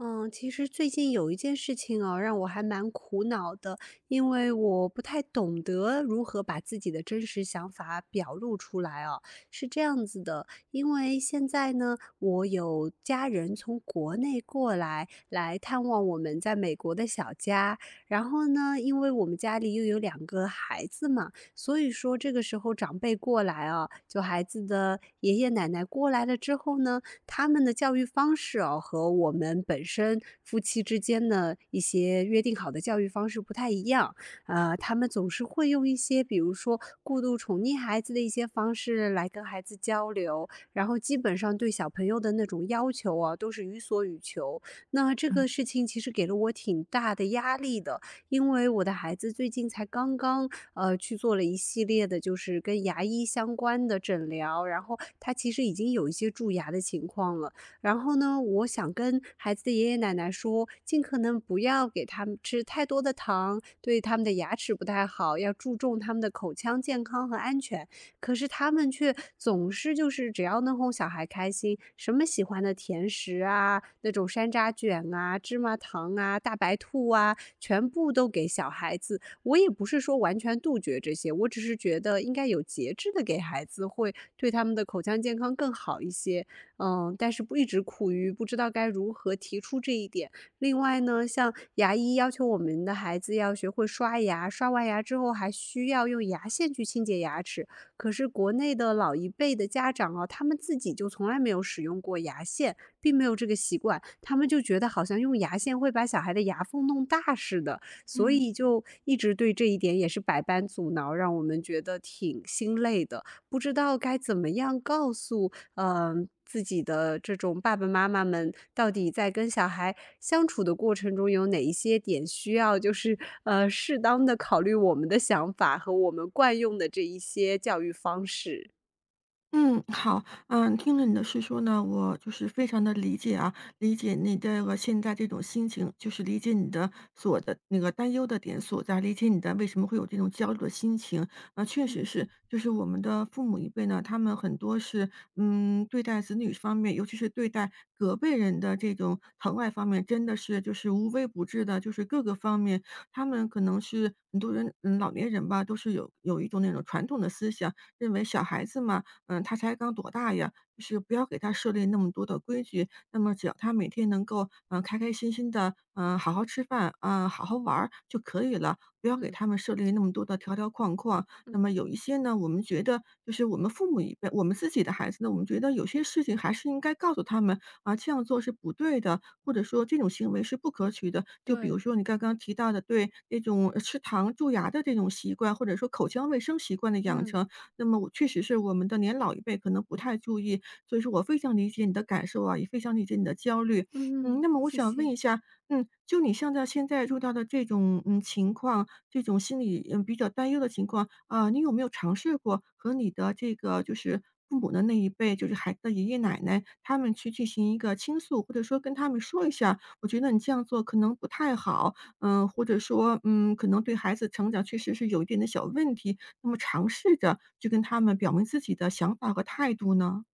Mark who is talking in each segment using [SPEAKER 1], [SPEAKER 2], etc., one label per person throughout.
[SPEAKER 1] 嗯，其实最近有一件事情哦，让我还蛮苦恼的，因为我不太懂得如何把自己的真实想法表露出来哦。是这样子的，因为现在呢，我有家人从国内过来，来探望我们在美国的小家。然后呢，因为我们家里又有两个孩子嘛，所以说这个时候长辈过来啊，就孩子的爷爷奶奶过来了之后呢，他们的教育方式哦，和我们本身夫妻之间的一些约定好的教育方式不太一样。他们总是会用一些，比如说过度宠溺孩子的一些方式来跟孩子交流，然后基本上对小朋友的那种要求啊，都是予所欲求。那这个事情其实给了我挺大的压力的，因为我的孩子最近才刚刚去做了一系列的，就是跟牙医相关的诊疗，然后他其实已经有一些蛀牙的情况了。然后呢，我想跟孩子的爷爷奶奶说，尽可能不要给他们吃太多的糖，对他们的牙齿不太好，要注重他们的口腔健康和安全。可是他们却总是就是只要能哄小孩开心，什么喜欢的甜食啊，那种山楂卷啊、芝麻糖啊、大白兔啊，全部都给小孩子。我也不是说完全杜绝这些，我只是觉得应该有节制的给孩子，会对他们的口腔健康更好一些。嗯，但是不一直苦于不知道该如何提出这一点。另外呢，像牙医要求我们的孩子要学会刷牙，刷完牙之后还需要用牙线去清洁牙齿，可是国内的老一辈的家长啊，他们自己就从来没有使用过牙线，并没有这个习惯，他们就觉得好像用牙线会把小孩的牙缝弄大似的，所
[SPEAKER 2] 嗯，
[SPEAKER 1] 以就一直对这一点也是百般阻挠，让我们觉得挺心累的。不知道该怎么样告诉嗯，自己的这种爸爸妈妈们到底在跟小孩相处的过程中，有哪一些点需要就是，适当的考虑我们的想法和我们惯用的这一些教育方式？
[SPEAKER 2] 嗯，好，嗯，听了你的叙说呢，我就是非常的理解啊，理解你这个现在这种心情，就是理解你的那个担忧的点所在，理解你的为什么会有这种焦虑的心情。啊，确实
[SPEAKER 1] 嗯
[SPEAKER 2] 是，就是我们的父母一辈呢，他们很多是，嗯，对待子女方面，尤其是对待隔辈人的这种疼爱方面，真的是就是无微不至的，就是各个方面，他们可能是很多人老年人吧，都是有一种那种传统的思想，认为小孩子嘛，嗯，他才刚多大呀，就是不要给他设立那么多的规矩。那么只要他每天能够，开开心心的，好好吃饭，啊，好好玩儿就可以了，不要给
[SPEAKER 1] 嗯
[SPEAKER 2] 他们设立那么多的条条框框。那
[SPEAKER 1] 嗯，
[SPEAKER 2] 么有一些呢，我们觉得就是我们父母一辈，我们自己的孩子呢，我们觉得有些事情还是应该告诉他们啊，这样做是不对的，或者说这种行为是不可取的。就比
[SPEAKER 1] 对，
[SPEAKER 2] 如说你刚刚提到的对那种吃糖蛀牙的这种习惯，或者说口腔卫生习惯的养
[SPEAKER 1] 嗯
[SPEAKER 2] 成，那么我确实是我们的年老一辈可能不太注意，所以说我非常理解你的感受啊，也非常理解你的焦虑。
[SPEAKER 1] 嗯，
[SPEAKER 2] 嗯，
[SPEAKER 1] 嗯，
[SPEAKER 2] 那么我
[SPEAKER 1] 谢
[SPEAKER 2] 想问
[SPEAKER 1] 谢。
[SPEAKER 2] 一下，嗯，就你像在现在遇到的这种情况，这种心理比较担忧的情况，啊，你有没有尝试过和你的这个就是父母的那一辈，就是孩子的爷爷奶奶，他们去进行一个倾诉，或者说跟他们说一下，我觉得你这样做可能不太好，嗯，或者说可能对孩子成长确实是有一点的小问题，那么尝试着去跟他们表明自己的想法和态度呢？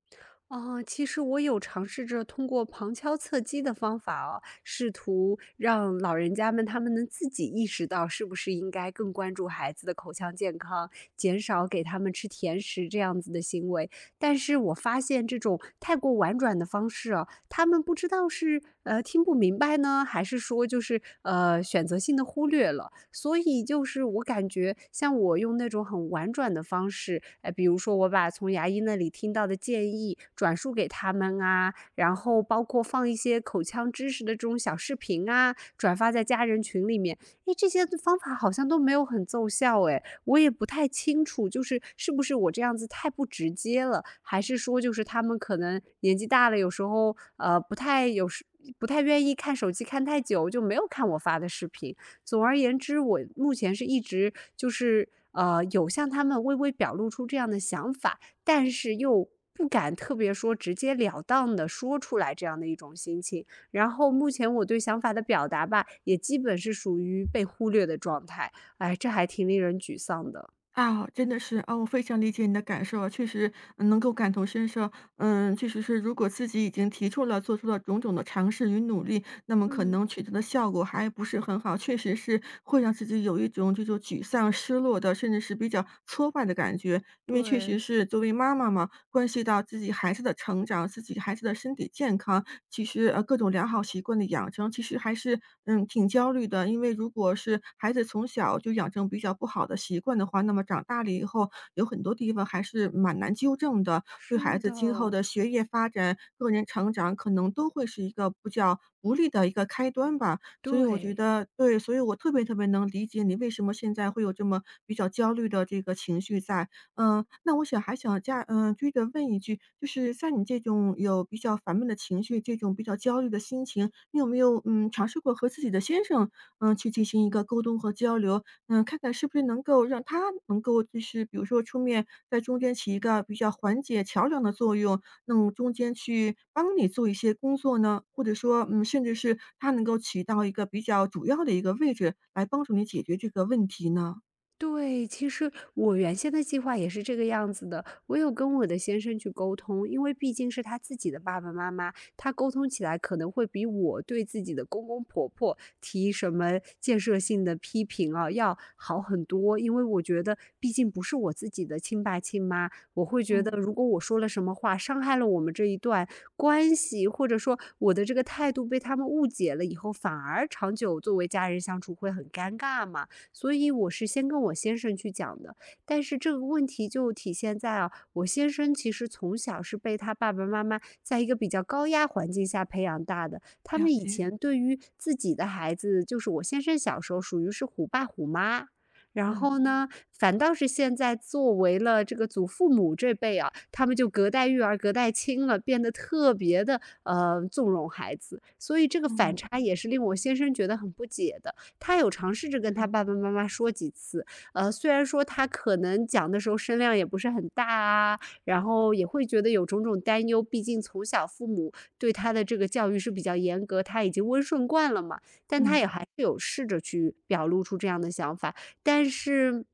[SPEAKER 1] 哦，其实我有尝试着通过旁敲侧击的方法哦，试图让老人家们他们能自己意识到，是不是应该更关注孩子的口腔健康，减少给他们吃甜食这样子的行为。但是我发现这种太过婉转的方式哦，他们不知道是听不明白呢，还是说就是选择性的忽略了。所以就是我感觉，像我用那种很婉转的方式，哎，比如说我把从牙医那里听到的建议转述给他们啊，然后包括放一些口腔知识的这种小视频啊，转发在家人群里面，哎，这些方法好像都没有很奏效，哎，我也不太清楚，就是是不是我这样子太不直接了，还是说就是他们可能年纪大了，有时候不太愿意看手机看太久，就没有看我发的视频。总而言之，我目前是一直就是有向他们微微表露出这样的想法，但是又不敢特别说直截了当的说出来这样的一种心情。然后目前我对想法的表达吧，也基本是属于被忽略的状态。哎，这还挺令人沮丧的。
[SPEAKER 2] 啊，真的是啊，我非常理解你的感受啊，确实能够感同身受。嗯，确实是，如果自己已经提出了、做出了种种的尝试与努力，那么可
[SPEAKER 1] 嗯，
[SPEAKER 2] 能取得的效果还不是很好，确实是会让自己有一种这种沮丧、失落的，甚至是比较挫败的感觉。因为确
[SPEAKER 1] 对，
[SPEAKER 2] 实是作为妈妈嘛，关系到自己孩子的成长、自己孩子的身体健康，其实各种良好习惯的养成，其实还是挺焦虑的。因为如果是孩子从小就养成比较不好的习惯的话，那么长大了以后有很多地方还是蛮难纠正的。对
[SPEAKER 1] 是
[SPEAKER 2] 孩子今后
[SPEAKER 1] 的，
[SPEAKER 2] 的学业发展、个人成长，可能都会是一个比较不利的一个开端吧。所以我觉
[SPEAKER 1] 对。
[SPEAKER 2] 得对，所以我特别特别能理解你为什么现在会有这么比较焦虑的这个情绪在。嗯，那我想还想加追着问一句，就是像你这种有比较烦闷的情绪，这种比较焦虑的心情，你有没有尝试过和自己的先生去进行一个沟通和交流？嗯，看看是不是能够让他能够就是比如说出面在中间起一个比较缓解、桥梁的作用，那么中间去帮你做一些工作呢？或者说，嗯，甚至是他能够起到一个比较主要的一个位置，来帮助你解决这个问题呢？
[SPEAKER 1] 对，其实我原先的计划也是这个样子的。我有跟我的先生去沟通，因为毕竟是他自己的爸爸妈妈，他沟通起来可能会比我对自己的公公婆婆提什么建设性的批评啊要好很多。因为我觉得，毕竟不是我自己的亲爸亲妈，我会觉得
[SPEAKER 2] 嗯，
[SPEAKER 1] 如果我说了什么话，伤害了我们这一段关系，或者说我的这个态度被他们误解了以后，反而长久作为家人相处会很尴尬嘛。所以我是先跟我先生去讲的。但是这个问题就体现在啊，我先生其实从小是被他爸爸妈妈在一个比较高压环境下培养大的，他们
[SPEAKER 2] 了
[SPEAKER 1] 以
[SPEAKER 2] 解，
[SPEAKER 1] 前对于自己的孩子，就是我先生小时候属于是虎爸虎妈。然
[SPEAKER 2] 嗯，
[SPEAKER 1] 后呢，反倒是现在作为了这个祖父母这辈啊，他们就隔代育儿、隔代亲了，变得特别的纵容孩子，所以这个
[SPEAKER 2] 嗯，
[SPEAKER 1] 反
[SPEAKER 2] 嗯，
[SPEAKER 1] 差也是令我先生觉得很不解的。他有尝试着跟他爸爸妈妈说几次，虽然说他可能讲的时候声量也不是很大啊，然后也会觉得有种种担忧，毕竟从小父母对他的这个教育是比较严格，他已经温顺惯了嘛，但他
[SPEAKER 2] 嗯，
[SPEAKER 1] 也还是有试着去表露出这样的想法，但是。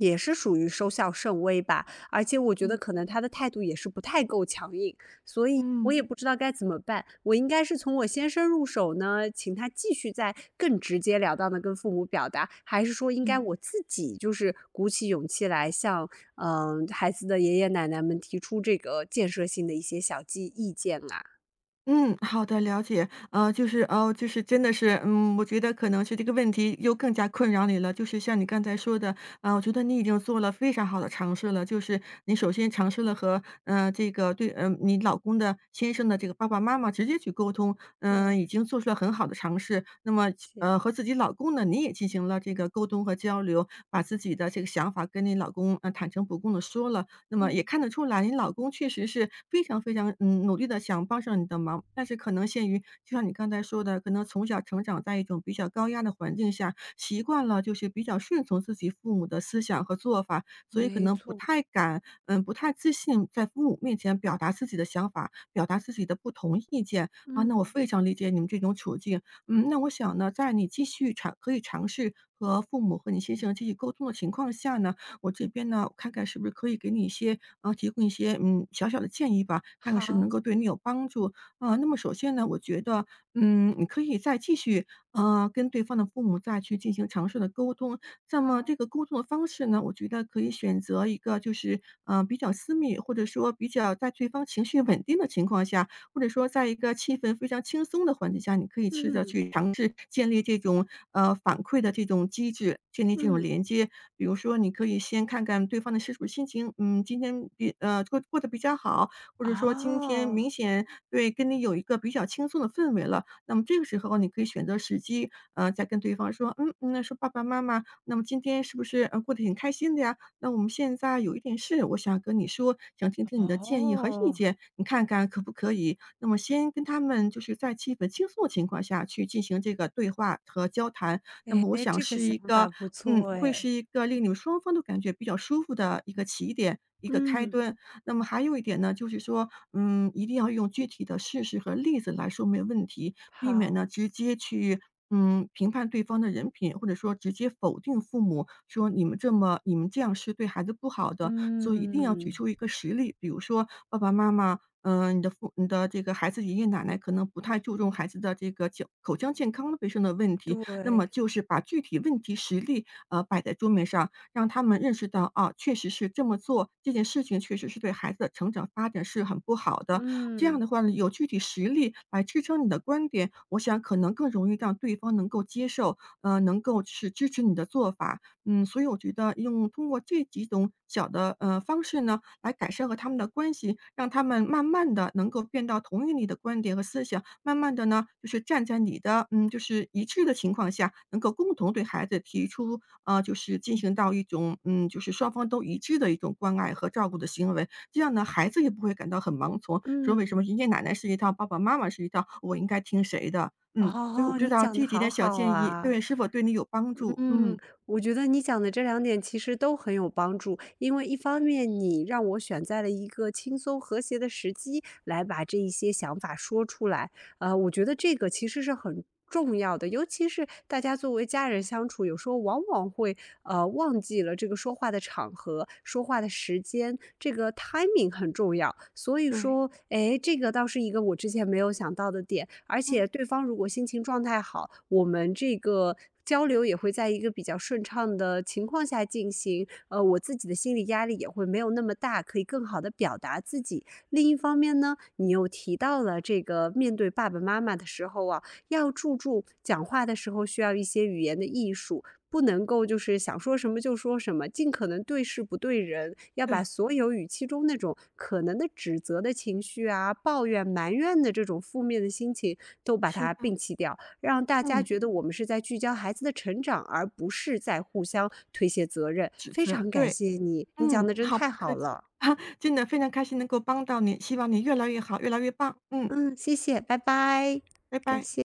[SPEAKER 1] 也是属于收效甚微吧，而且我觉得
[SPEAKER 2] 嗯，
[SPEAKER 1] 可能他的态度也是不太够强硬，所以我
[SPEAKER 2] 嗯。
[SPEAKER 1] 也不知道该怎么办。我应该是从我先生入手呢，请他继续再更直截了当的跟父母表达，还是说应该我自己就是鼓起勇气来向，嗯，孩子的爷爷奶奶们提出这个建设性的一些小计意见啊？
[SPEAKER 2] 嗯，好的，了解。就是哦，就是真的是，嗯，我觉得可能是这个问题又更加困扰你了。就是像你刚才说的，我觉得你已经做了非常好的尝试了。就是你首先尝试了和，这个对，你老公的先生的这个爸爸妈妈直接去沟通，嗯、
[SPEAKER 1] 对，
[SPEAKER 2] 已经做出了很好的尝试。那么，
[SPEAKER 1] 谢。
[SPEAKER 2] 和自己老公呢，你也进行了这个沟通和交流，把自己的这个想法跟你老公坦诚不公的说了。那么也
[SPEAKER 1] 嗯，
[SPEAKER 2] 看得出来，你老公确实是非常非常努力的想帮上你的忙，但是可能限于就像你刚才说的，可能从小成长在一种比较高压的环境下，习惯了就是比较顺从自己父母的思想和做法，所以可
[SPEAKER 1] 没
[SPEAKER 2] 能不
[SPEAKER 1] 错，
[SPEAKER 2] 太敢，嗯，不太自信在父母面前表达自己的想法，表达自己的不同意见啊。那我
[SPEAKER 1] 嗯，
[SPEAKER 2] 非常理解你们这种处境，嗯，那我想呢，在你继续可以尝试和父母和你先生继续沟通的情况下呢。我这边呢，看看是不是可以给你一些提供一些，嗯，小小的建议吧，看看是不是能
[SPEAKER 1] 好，
[SPEAKER 2] 够对你有帮助。啊。那么首先呢，我觉得，嗯，你可以再继续，跟对方的父母再去进行尝试的沟通。那么这
[SPEAKER 1] 好，
[SPEAKER 2] 个沟通的方式呢，我觉得可以选择一个就是，比较私密，或者说比较在对方情绪稳定的情况下，或者说在一个气氛非常轻松的环境下，你可以试着
[SPEAKER 1] 嗯，
[SPEAKER 2] 去尝试建立这种，反馈的这种机制，建立这种
[SPEAKER 1] 嗯，
[SPEAKER 2] 连接。比如说你可以先看看对方的是不是心情，嗯，今天过得比较好，或者说今天
[SPEAKER 1] 哦。
[SPEAKER 2] 明显对，跟你有一个比较轻松的氛围了。那么这个时候你可以选择时机，再跟对方说：“嗯，那说爸爸妈妈，那么今天是不是，过得挺开心的呀？那我们现在有一点事，我想跟你说，想听听你的建议和意
[SPEAKER 1] 哦，
[SPEAKER 2] 见，你看看可不可以？那么先跟他们就是在气氛轻松的情况下去进行这个对话和交谈，那么我
[SPEAKER 1] 哎，
[SPEAKER 2] 想
[SPEAKER 1] 这个
[SPEAKER 2] 是
[SPEAKER 1] 想
[SPEAKER 2] 一
[SPEAKER 1] 法
[SPEAKER 2] 个，
[SPEAKER 1] 不
[SPEAKER 2] 嗯，
[SPEAKER 1] 错
[SPEAKER 2] 会
[SPEAKER 1] 哎，
[SPEAKER 2] 是一个令你们双方都感觉比较舒服的一个起点，一个开
[SPEAKER 1] 嗯，
[SPEAKER 2] 端。那么还有一点呢，就是说，嗯，一定要用具体的事实和例子来说明问题，避免
[SPEAKER 1] 好，
[SPEAKER 2] 呢直接去评判对方的人品，或者说直接否定父母，说你们这样是对孩子不好的，所以一定要举
[SPEAKER 1] 嗯，
[SPEAKER 2] 出一个实例，比如说爸爸妈妈。嗯，你的这个孩子爷爷奶奶可能不太注重孩子的这个口腔健康卫生的问题，那么
[SPEAKER 1] 对，
[SPEAKER 2] 就是把具体问题实例摆在桌面上，让他们认识到啊，确实是这么做这件事情确实是对孩子的成长发展是很不好的，这样
[SPEAKER 1] 嗯，
[SPEAKER 2] 的话呢，有具体实例来支撑你的观点，我想可能更容易让对方能够接受，能够是支持你的做法。嗯，所以我觉得通过这几种小的，方式呢，来改善和他们的关系，让他们慢慢的能够变到同意你的观点和思想，慢慢的呢，就是站在你的，嗯，就是一致的情况下，能够共同对孩子提出，就是进行到一种，嗯，就是双方都一致的一种关爱和照顾的行为。这样呢，孩子也不会感到很盲从，说为什
[SPEAKER 1] 嗯，
[SPEAKER 2] 么爷爷奶奶是一套，爸爸妈妈是一套，我应该听谁的？嗯，所以我
[SPEAKER 1] 哦，
[SPEAKER 2] 不
[SPEAKER 1] 你
[SPEAKER 2] 知道
[SPEAKER 1] 讲的
[SPEAKER 2] 这几
[SPEAKER 1] 好
[SPEAKER 2] 点小
[SPEAKER 1] 好
[SPEAKER 2] 建议，
[SPEAKER 1] 啊。
[SPEAKER 2] 对，是否对你有帮助？
[SPEAKER 1] 嗯，
[SPEAKER 2] 嗯，
[SPEAKER 1] 我觉得你讲的这两点其实都很有帮助，因为一方面你让我选在了一个轻松和谐的时机来把这一些想法说出来，我觉得这个其实是很重要的，尤其是大家作为家人相处，有时候往往会忘记了这个说话的场合、说话的时间，这个 timing 很重要。所以
[SPEAKER 2] 对，
[SPEAKER 1] 说，哎，这个倒是一个我之前没有想到的点，而
[SPEAKER 2] 嗯，
[SPEAKER 1] 且对方如果心情状态好，我们这个。交流也会在一个比较顺畅的情况下进行，我自己的心理压力也会没有那么大，可以更好的表达自己。另一方面呢，你又提到了这个面对爸爸妈妈的时候啊，要注重讲话的时候需要一些语言的艺术，不能够就是想说什么就说什么，尽可能对事不对人，要把
[SPEAKER 2] 对，
[SPEAKER 1] 所有语气中那种可能的指责的情绪啊、抱怨、埋怨的这种负面的心情都把
[SPEAKER 2] 是
[SPEAKER 1] 它
[SPEAKER 2] 的，
[SPEAKER 1] 摒弃掉，让大家
[SPEAKER 2] 嗯，
[SPEAKER 1] 觉得我们是在聚焦孩子的成长，而不是在互相推卸责任。
[SPEAKER 2] 指
[SPEAKER 1] 非
[SPEAKER 2] 责，
[SPEAKER 1] 常感
[SPEAKER 2] 对，
[SPEAKER 1] 谢你，你讲
[SPEAKER 2] 嗯，
[SPEAKER 1] 的真
[SPEAKER 2] 好，
[SPEAKER 1] 太
[SPEAKER 2] 不客
[SPEAKER 1] 好
[SPEAKER 2] 气，
[SPEAKER 1] 了。
[SPEAKER 2] 真的非常开心能够帮到你，希望你越来越好，越来越棒，嗯，
[SPEAKER 1] 嗯，谢谢，拜拜，
[SPEAKER 2] 拜
[SPEAKER 1] 感
[SPEAKER 2] 拜。
[SPEAKER 1] 谢。